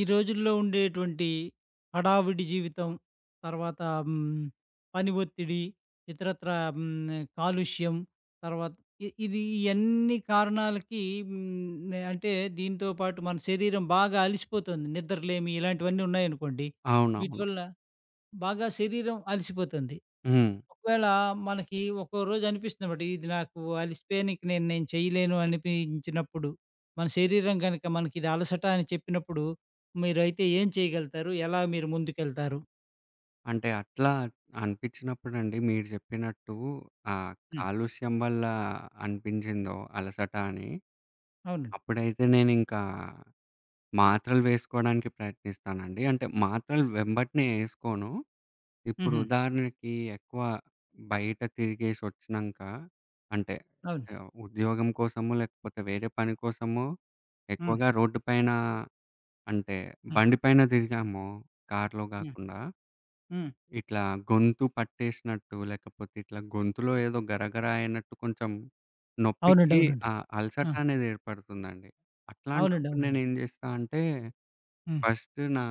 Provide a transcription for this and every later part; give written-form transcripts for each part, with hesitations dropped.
ఈ రోజుల్లో ఉండేటువంటి హడావిడి జీవితం, తర్వాత హ్మ్, పని ఒత్తిడి, ఇతరత్రా హ్మ్, కాలుష్యం, తర్వాత ఇది ఇయన్నీ కారణాలకి హ్మ్, అంటే దీంతో పాటు మన శరీరం బాగా అలిసిపోతుంది. నిద్రలేమి ఇలాంటివన్నీ ఉన్నాయనుకోండి. వీటి అవునవును. వల్ల బాగా శరీరం అలిసిపోతుంది. హ్మ్. ఒకవేళ మనకి ఒక్కో రోజు అనిపిస్తుందన్నమాట. ఇది నాకు అలిసిపోయాను. ఇక నేను నేను చేయలేను అనిపించినప్పుడు, మన శరీరం గనుక మనకిది అలసట అని చెప్పినప్పుడు, మీరైతే ఏం చేయగలుగుతారు? ఎలా మీరు ముందుకెళ్తారు? అంటే అట్లా అనిపించినప్పుడండి మీరు చెప్పినట్టు ఆహ్, హ్మ్. కాలుష్యం వల్ల అనిపించిందో అలసట అని, అవునండి. అప్పుడైతే నేనింకా మాత్రలు వేసుకోవడానికి ప్రయత్నిస్తానండి. అంటే మాత్రలు వెంబటనే ఏసుకోను. ఇప్పుడు హుహు. ఉదాహరణకి ఎక్కువ బయట తిరిగేసొచ్చినంక అంటే అవును. ఉద్యోగం కోసమో, లేకపోతే వేరే పని కోసమో హ్మ్. ఎక్కువగా రోడ్డు పైన అంటే హ్మ్. బండి పైన తిరిగాము కార్‌లో హ్మ్. గాకుండా హ్మ్. ఇట్లా గొంతు పట్టేసినట్టు, లేకపోతే ఇట్లా గొంతులో ఏదో గరగర అయినట్టు కొంచెం అవునండి. నొప్పికి అవునండి. ఆ అలసట ఆ! అనేది ఏర్పడుతుందండి. అవునండి. అట్లాంటప్పుడు అవునండి. నేనేం చేస్తా అంటే, హ్మ్. ఫస్ట్ నా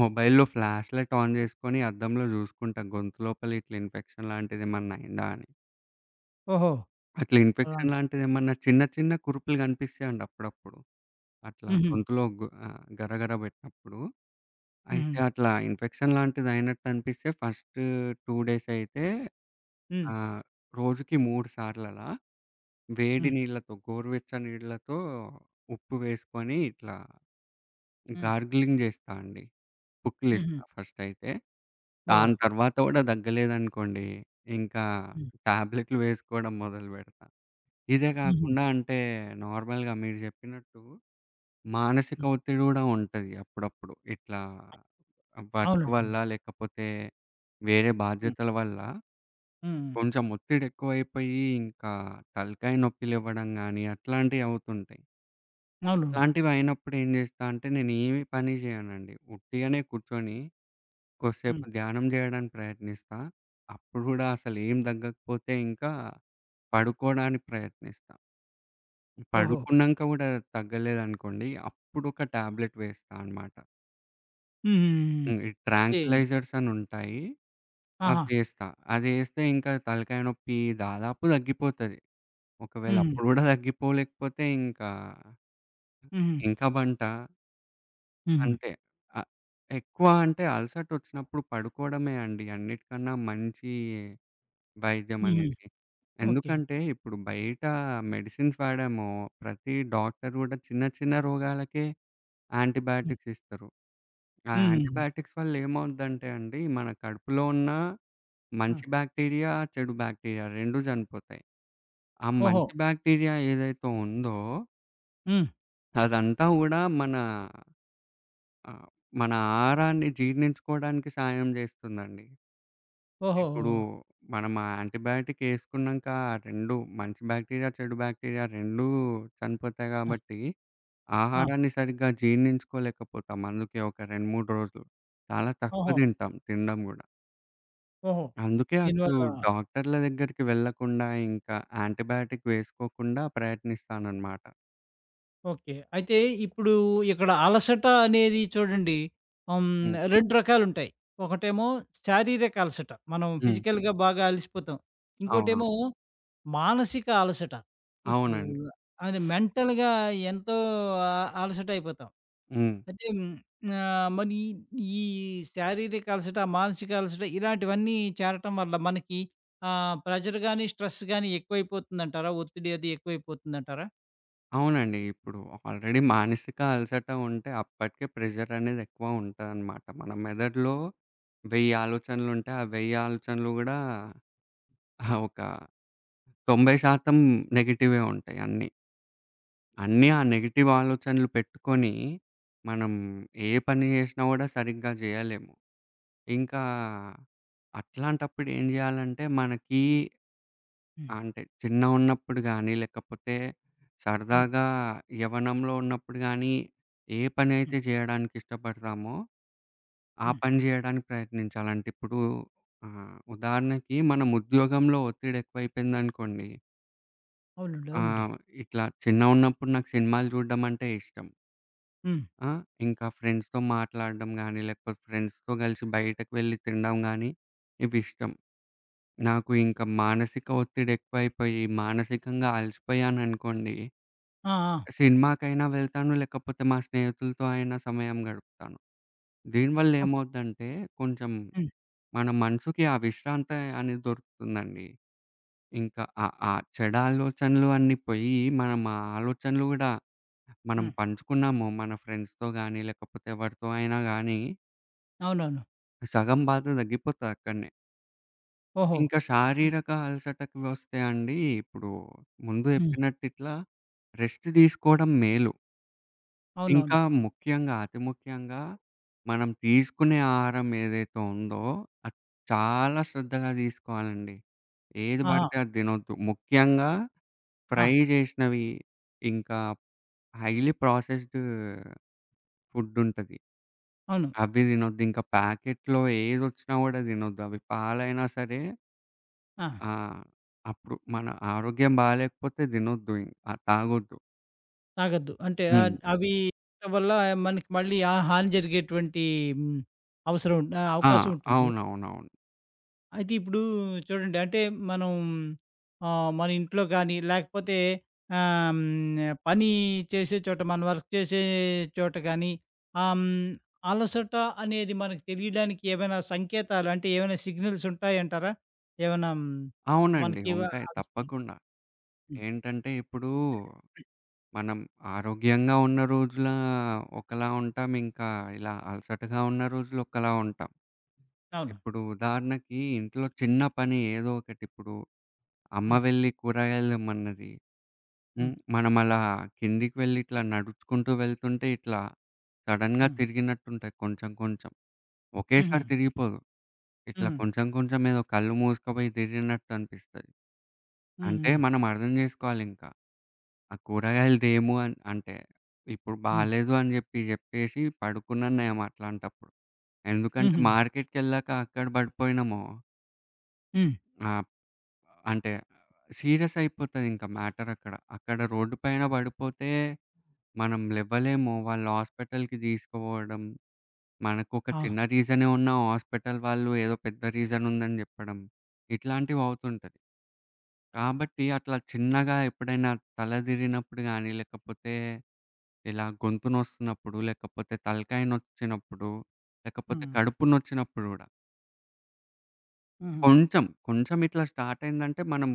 మొబైల్‌లో ఫ్లాష్ లైట్ ఆన్ చేసుకొని అద్దంలో చూసుకుంటా గొంతు లోపల ఇట్లా ఇన్ఫెక్షన్ లాంటిదేమన్నా అయిందా అని. ఓహో! అట్లా అలా ఇన్ఫెక్షన్ లాంటిదేమన్నా చిన్న చిన్న కురుపులు కనిపిస్తాయండి అప్పుడప్పుడు. అట్లా హుహు. గొంతులో గరగర పెట్టినప్పుడు. హుహు. అయితే అట్లా ఇన్ఫెక్షన్ లాంటిదయినట్టు అనిపిస్తే ఫస్ట్ 2 డేస్ అయితే హ్మ్. ఆ! రోజుకి 3 సార్లలా వేడి హ్మ్. నీళ్ళతో, గోరువెచ్చని నీళ్ళతో ఉప్పు వేసుకొని ఇట్లా హ్మ్. గార్గిలింగ్ చేస్తా అండి. హుహు. పుక్కిలిస్తా ఫస్టయితే. ఓహో! దాని తర్వాత కూడా తగ్గలేదనుకోండి, ఇంకా హ్మ్. టాబ్లెట్లు వేసుకోవడం మొదలుపెడతా. ఇదే హుహు. కాకుండా అంటే నార్మల్‌గా మీరు చెప్పినట్టు మానసిక హ్మ్. ఒత్తిడి కూడా ఉంటది అప్పుడప్పుడు. ఇట్లా వర్క్ అవునండి. వల్ల హ్మ్. లేకపోతే వేరే హ్మ్. బాధ్యతల వల్ల హ్మ్. కొంచెం ఒత్తిడెక్కువైపోయి, ఇంకా తలకాయ నొప్పి లెవ్వడం గానీ, అట్లాంటియి అవుతుంటాయి. అవును. ఇట్లాంటివయినప్పుడు ఏం జేస్తా అంటే, నేనేమి పని జేయనండి. ఉట్టిగనే కూర్చొని, కొద్దిసేపు హ్మ్. ధ్యానం జేయడానికి ప్రయత్నిస్తా. అప్పుడు గూడా అసలేం తగ్గకపోతే ఇంకా పడుకోడానికి ప్రయత్నిస్తా. ఓహో! పడుకున్నంక గూడా తగ్గలేదనుకోండి, అప్పుడొక టాబ్లెట్ వేస్తా అనమాట. హ్మ్. హ్మ్. ఈ ఏ ట్రాంక్విలైజర్స్ అనుంటాయి. ఆహా! అవేస్తా. అదేస్తే ఇంకా తలకాయ నొప్పి దాదాపు తగ్గిపోతది. ఒకవేళ హుహు. అప్పుడు గూడా తగ్గిపోలేకపోతే ఇంకా, హుహు. ఇంకా బంట. హుహు. అంతే. ఆహ్, ఎక్కువ అంటే అలసటొచ్చినప్పుడు పడుకోవడమే అండి అన్నిటికన్నా మంచి వైద్యం హుహు. అనేది. ఓకే. ఎందుకంటే ఇప్పుడు బయట మెడిసిన్స్ వాడాము. ప్రతి డాక్టర్ గూడా చిన్న చిన్న రోగాలకే హ్మ్. యాంటీబయాటిక్స్ ఇస్తారు. ఆ హుహుహు. యాంటీబయాటిక్స్ వల్ల ఏమవుద్దంటే అండి మన కడుపులో ఉన్న మంచి హ్మ్. బాక్టీరియా, చెడు బాక్టీరియా 2 చనిపోతాయి. ఆ ఓహో! మంచి బాక్టీరియా ఏదైతే ఉందో హ్మ్. అదంతా గూడా మన ఆహ్, మన ఆహారాన్ని జీర్ణించుకోవడానికి సాయం జేస్తుందండి. ఓహో! ఇప్పుడు ఓహో! మనం ఆ యాంటీబయాటిక్ యేసుకున్నాంక ఆ 2 మంచి బాక్టీరియా, చెడు బాక్టీరియా 2 చనిపోతాయి ఆ! గాబట్టి, ఆ! ఆహారాన్ని సరిగ్గా జీర్ణించుకోలేకపోతాం. అందుకే ఒక 2, 3 రోజులు. చాలా తక్కువ ఓహో! తింటాం తినడం గూడా. ఓహో! అందుకే అసలు దీనివల్ల డాక్టర్ల దగ్గరికి వెళ్ళకుండా ఇంకా యాంటీబయాటిక్ వేసుకోకుండా ప్రయత్నిస్తానన్నమాట. ఓకే. అయితే ఇప్పుడు ఇక్కడ అలసట అనేది చూడండి. హ్మ్. హ్మ్. 2 రకాలుంటాయి. ఒకటేమో శారీరక అలసట. మనం హ్మ్. ఫిజికల్‌గా బాగా అలిసిపోతాం. అవును. ఇంకోటేమో మానసిక అలసట. ఇప్పుడు అవునండి. అది మెంటల్‌గా ఎంతో అ అలసటయిపోతాం. హ్మ్. అయితే హ్మ్. మరి ఈ శారీరక అలసట, మానసిక అలసట ఇలాంటివన్నీ చేరటం వల్ల మనకి ప్రెషర్ గాని, స్ట్రెస్ గాని ఎక్కువైపోతుందంటారా? ఒత్తిడి అది ఎక్కువైపోతుందంటారా? అవునండి. ఇప్పుడు ఆల్రెడీ మానసిక అలసట ఉంటే అప్పటికే ప్రెషర్ అనేది ఎక్కువ ఉంటదనమాట. మన మెదడులో 1000 ఆలోచనలుంటే, ఆ 1000 ఆలోచనలు గూడా ఒక 90% నెగెటివే ఉంటాయి అన్నీ. అన్నీ ఆ నెగెటివ్ ఆలోచనలు పెట్టుకొని, మనం ఏ పని జేసినా గూడా సరిగ్గా జేయలేము. ఇంకా అట్లాంటప్పుడు ఏం జేయాలంటే మనకి హ్మ్. అంటే చిన్నగున్నప్పుడు గానీ, లేకపోతే హ్మ్. సరదాగా యవ్వనంలో ఉన్నప్పుడు గానీ, ఏ పనైతే హ్మ్. జేయడానికిష్టపడతామో, ఆ హ్మ్. పని జేయడానికి ప్రయత్నించాలంటే ఇప్పుడు ఉదాహరణకి మనం ఉద్యోగంలో ఒత్తిడెక్కువైపోయిందనుకోండి. అవునండి. అవునండి. ఆహ్, ఇట్లా చిన్నగున్నప్పుడు నాకు సినిమాలు జూడడం అంటే ఇష్టం. హ్మ్. ఆ! ఇంకా ఫ్రెండ్స్‌తో మాట్లాడడం గానీ, లేకపోతే ఫ్రెండ్స్‌తో కలిసి బయటకు వెళ్లి తినడం గానీ, ఇవిష్టం. నాకు ఇంకా మానసిక ఒత్తిడెక్కువైపోయి, మానసికంగా అలసిపోయాననుకోండి ఆ! ఆ! సినిమాకైనా వెళ్తాను. లేకపోతే మా స్నేహితులతో అయినా సమయం గడుపుతాను. దీనివల్ల ఓకే. ఏమవుద్దంటే కొంచెం హ్మ్. మన మనసుకి ఆ విశ్రాంతి అనేది దొరుకుతుందండి. ఇంకా ఆ ఆ చెడ ఆలోచనలు అన్నీ పోయి, మనం ఆ ఆలోచనలు గూడా మనం హ్మ్. పంచుకున్నాము మన ఫ్రెండ్స్‌తో గానీ, లేకపోతే ఎవరితో అయినా గానీ, అవునవును. సగం బాధ తగ్గిపోతది అక్కడనే. ఓహో! ఇంకా హ్మ్. శారీరక అలసటకి వస్తే అండి, ఇప్పుడు ముందు హ్మ్. చెప్పినట్టు ఇట్లా రెస్ట్ తీసుకోవడం మేలు. ఇంకా అవునవును. ముఖ్యంగా, అతి ముఖ్యంగా మనం తీసుకునే ఆహారం ఏదైతే ఉందో అది చాలా శ్రద్ధగా తీసుకోవాలండి. ఏది ఆహా! పడితే అది తినొద్దు. ముఖ్యంగా ఆ! ఫ్రై చేసినవి, ఇంకా హైలీ ప్రాసెస్డ్ ఫుడ్ ఉంటది. అవును. అవి తినొద్దు. ఇంకా ప్యాకెట్‌లో ఏదొచ్చినా కూడా తినొద్దు. అవి పాలైనా సరే ఆ! ఆ! అప్పుడు మన ఆరోగ్యం బాలేకపోతే తినొద్దు తాగొద్దు. తాగొద్దు. అంటే హ్మ్. అవి వల్ల మనకి మళ్ళీ ఆ హాని జరిగేటువంటి హ్మ్. అవసరం ఉం ఆ, ఆ! అవకాశం ఉంటుంది. అవునవునవును. అయితే ఇప్పుడు చూడండి అంటే మనం మన ఇంట్లో గానీ, లేకపోతే పని చేసే చోట మనం వర్క్ చేసే చోట గానీ, ఆహ్, హ్మ్, అలసట అనేది మనకు తెలియడానికి ఏమైనా సంకేతాలు అంటే ఏమైనా సిగ్నల్స్ ఉంటాయంటారా? ఏమైనా హ్మ్, అవునండి. మనకి ఇవ ఉంటాయి తప్పకుండా. హ్మ్. ఏంటంటే ఇప్పుడు మనం ఆరోగ్యంగా ఉన్న రోజుల ఒకలా ఉంటాం. ఇంకా ఇలా అలసటగా ఉన్న రోజులు ఒకలా ఉంటాం. అవును. ఇప్పుడు ఉదాహరణకి ఇంట్లో చిన్న పని ఏదో ఒకటి ఇప్పుడు అమ్మ హ్మ్. వెళ్లి కూరగాయలు తెమ్మన్నది. హ్మ్. హ్మ్. మనం అలా కిందికి వెళ్లి ఇట్లా నడుచుకుంటూ వెళ్తుంటే ఇట్లా సడెన్‌గా హ్మ్. తిరిగినట్టుంటాయి కొంచెం కొంచెం. హుహు. ఒకేసారి తిరిగిపోదు. ఇట్లా హుహు. కొంచెం కొంచెం ఏదో కళ్ళు మూసుకుపోయి తిరిగినట్టు అనిపిస్తది. హ్మ్. అంటే హ్మ్. మనం అర్థం చేసుకోవాలింకా. ఆ కూరగాయలదేమో అంటే ఇప్పుడు హ్మ్. బాలేదు అని జెప్పి జెప్పేసి పడుకున్నాను నేను అట్లాంటప్పుడు. ఎందుకంటే హుహు. మార్కెట్‌కెళ్ళాక అక్కడ పడిపోయినామో హ్మ్. ఆహ్, అంటే సీరియస్ అయిపోతదింక మ్యాటర్ అక్కడ. అక్కడ రోడ్డు పైన పడిపోతే మనం లెవ్వలేము. వాళ్ళు హాస్పిటల్‌కి తీసుకుపోవడం, మనకొక ఆ! చిన్న రీజనే ఉన్నా హాస్పిటల్ వాళ్ళు ఏదో పెద్ద రీజన్ ఉందని జెప్పడం. ఇట్లాంటివి అవుతుంటది. కాబట్టి అట్లా చిన్నగా ఎప్పుడైనా తల తిరిగినప్పుడు గానీ లేకపోతే ఇలా గొంతు నొస్తున్నప్పుడు, లేకపోతే తలకాయ నొచ్చినప్పుడు, లేకపోతే హ్మ్. కడుపు నొచ్చినప్పుడు గూడా. హుహు. కొంచెం, కొంచెం ఇట్లా స్టార్ట్ అయిందంటే మనం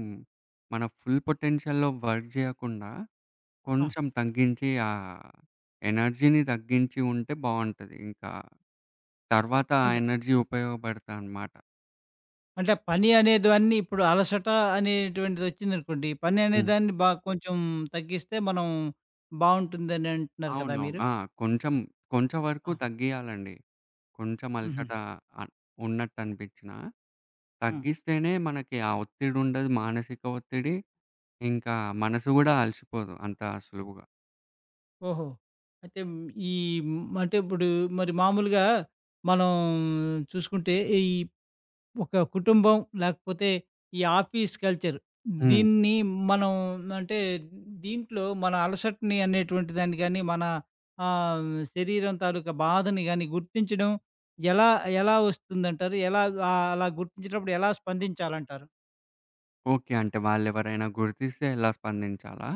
మన ఫుల్ పొటెన్షియల్‌లో వర్క్ జేయకుండా ఆ! కొంచెం తగ్గించి ఆ ఎనర్జీని తగ్గించి ఉంటే బావుంటది. ఇంకా తర్వాత ఆ అంటే ఎనర్జీ ఉపయోగపడతదనమాట. అంటే పని అనేదాన్ని ఇప్పుడు అలసట అనేటువంటిదొచ్చిందనుకోండి. పని హ్మ్. అనేదాన్ని బా కొంచెం తగ్గిస్తే మనం బావుంటుందని అంటున్నారు కదా అవునవును. మీరు? ఆ! కొంచెం, కొంచెం వరకు ఆ! తగ్గియాలండి. కొంచెం హుహు. అలసట అన్ ఉన్నట్టనిపించినా. హ్మ్. తగ్గిస్తేనే మనకి ఆ ఒత్తిడుండదు. మానసిక ఒత్తిడి ఇంకా మనసు గూడా అలసిపోదు అంత సులువుగా. ఓహో! అయితే ఈ అంటే ఇప్పుడు మరి మామూలుగా మనం చూసుకుంటే ఈ ఒక కుటుంబం లేకపోతే ఈ ఆఫీస్ కల్చర్ హ్మ్. దీన్ని మనం అంటే దీంట్లో మన అలసటని అనేటువంటి దాన్ని కానీ మన ఆ, శరీరం తాలూకా బాధని కానీ గుర్తించడం ఎలా ఎలా వస్తుందంటారు ఎలా ఆ, అలా గుర్తించినప్పుడు ఎలా స్పందించాలంటారు? ఓకే. అంటే వాళ్ళెవరైనా గుర్తిస్తే ఎలా స్పందించాలా?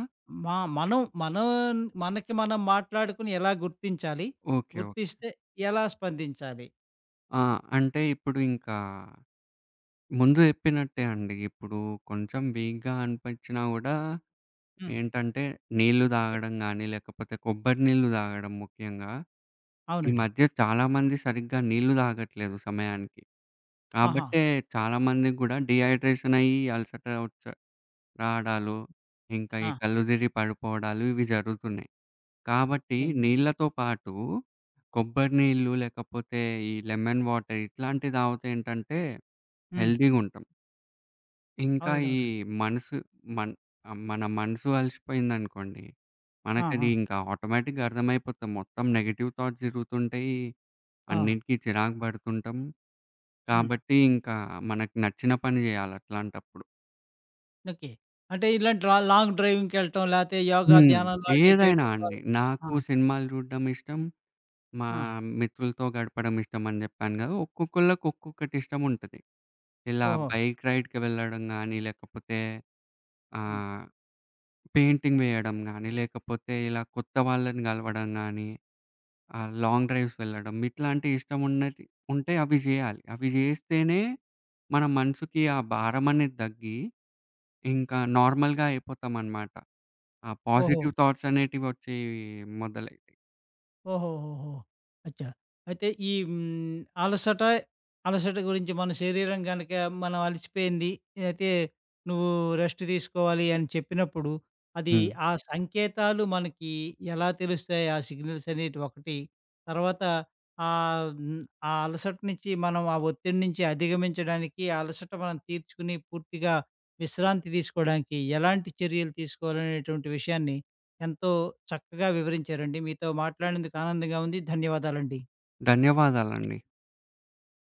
మా మనం మన మనకి మనం మాట్లాడుకుని ఎలా గుర్తించాలి? ఓకే. ఓకే. గుర్తిస్తే ఎలా స్పందించాలి? ఆ! అంటే ఇప్పుడు ఇంకా ముందు చెప్పినట్టే అండి. ఇప్పుడు కొంచెం వీక్‌గా అనిపించినా గూడా ఉమ్, ఏంటంటే నీళ్లు ఓకే. తాగడం గానీ, లేకపోతే కొబ్బరి నీళ్లు తాగడం ముఖ్యంగా. ఈ అవునండి. మధ్య చాలామంది సరిగ్గా నీళ్లు తాగట్లేదు సమయానికి. ఆహా. కాబట్టే చాలామందికి గూడా డీహైడ్రేషన్ అయ్యి అలసట రావడాలు, ఇంకా ఆ, ఈ కళ్ళు తిరిగి పడిపోవడాలు ఇవి జరుగుతున్నాయి. కాబట్టి అవునండి. నీళ్ళతో పాటు కొబ్బరి నీళ్ళు, లేకపోతే ఈ లెమన్ వాటర్ ఇట్లాంటివి తాగితే ఏంటంటే ఉమ్, హెల్తీగుంటాం. ఇంకా అవునండి, అవునండి. ఈ మనసు మన్ మన మనసు అలసిపోయిందనుకోండి, ఆ, మనకది ఆ, ఇంకా ఆటోమేటిక్‌గా అర్థమైపోతాం. మొత్తం నెగెటివ్ థాట్స్ తిరుగుతుంటాయి. ఆ, అన్నిటికి చిరాకు పడుతుంటాం. ఉమ్. కాబట్టి ఇంకా మనకు నచ్చిన పని చేయాలి అట్లాంటప్పుడు. ఓకే. అంటే ఇలాంటి లాంగ్ డ్రైవింగ్‌కెళ్ళటం, లేతే యోగా, హ్మ్. ధ్యానం లాంటివి ఏదైనా చేయటం అండి. ద్వారా ఆ! నాకు సినిమాలు చూడడం ఇష్టం. మా ఆ! మిత్రులతో గడపడం ఇష్టమని జెప్పాను గదా! ఒక్కొక్కళ్ళకి ఒక్కొక్కటి ఇష్టముంటది. ఇలా ఓహో! బైక్ రైడ్‌కి వెళ్ళడం గానీ, లేకపోతే హ్మ్. ఆహ్, పెయింటింగ్ వేయడం గానీ, లేకపోతే ఇలా కొత్త వాళ్ళని గలవడం గానీ, లాంగ్ డ్రైవ్స్ వెళ్ళడం ఇట్లాంటి ఇష్టమున్నటి ఉంటే అవి జేయాలి. అవి జేస్తేనే మన మనసుకి ఆ భారమనేది దగ్గి, ఇంకా నార్మల్‌గా అయిపోతామనమాట. ఆ ఓహో! పాజిటివ్ థాట్స్ అనేటివొచ్చి మొదలైతాయి. ఓహోహోహో! అచ్చా! అయితే ఈ హ్మ్, అలసట, అలసట గురించి మన శరీరం గనక మనం అలసిపోయింది. అయితే నువ్వు రెస్ట్ తీసుకోవాలి అని చెప్పినప్పుడు, అది హ్మ్. ఆ సంకేతాలు మనకి ఎలా తెలుస్తాయి? ఆ సిగ్నల్స్ అనేటివి ఒకటి. తర్వాత ఆహ్, హ్మ్, ఆ అలసట నుంచి మనం ఆ ఒత్తిడి నుంచి అధిగమించడానికి, ఆ అలసట మనం తీర్చుకుని పూర్తిగా విశ్రాంతి తీసుకోవడానికి ఎలాంటి చర్యలు తీసుకోవాలనేటువంటి విషయాన్ని ఎంతో చక్కగా వివరించారండి. మీతో మాట్లాడినందుకు ఆనందంగా ఉంది. ధన్యవాదాలండి. ధన్యవాదాలండి.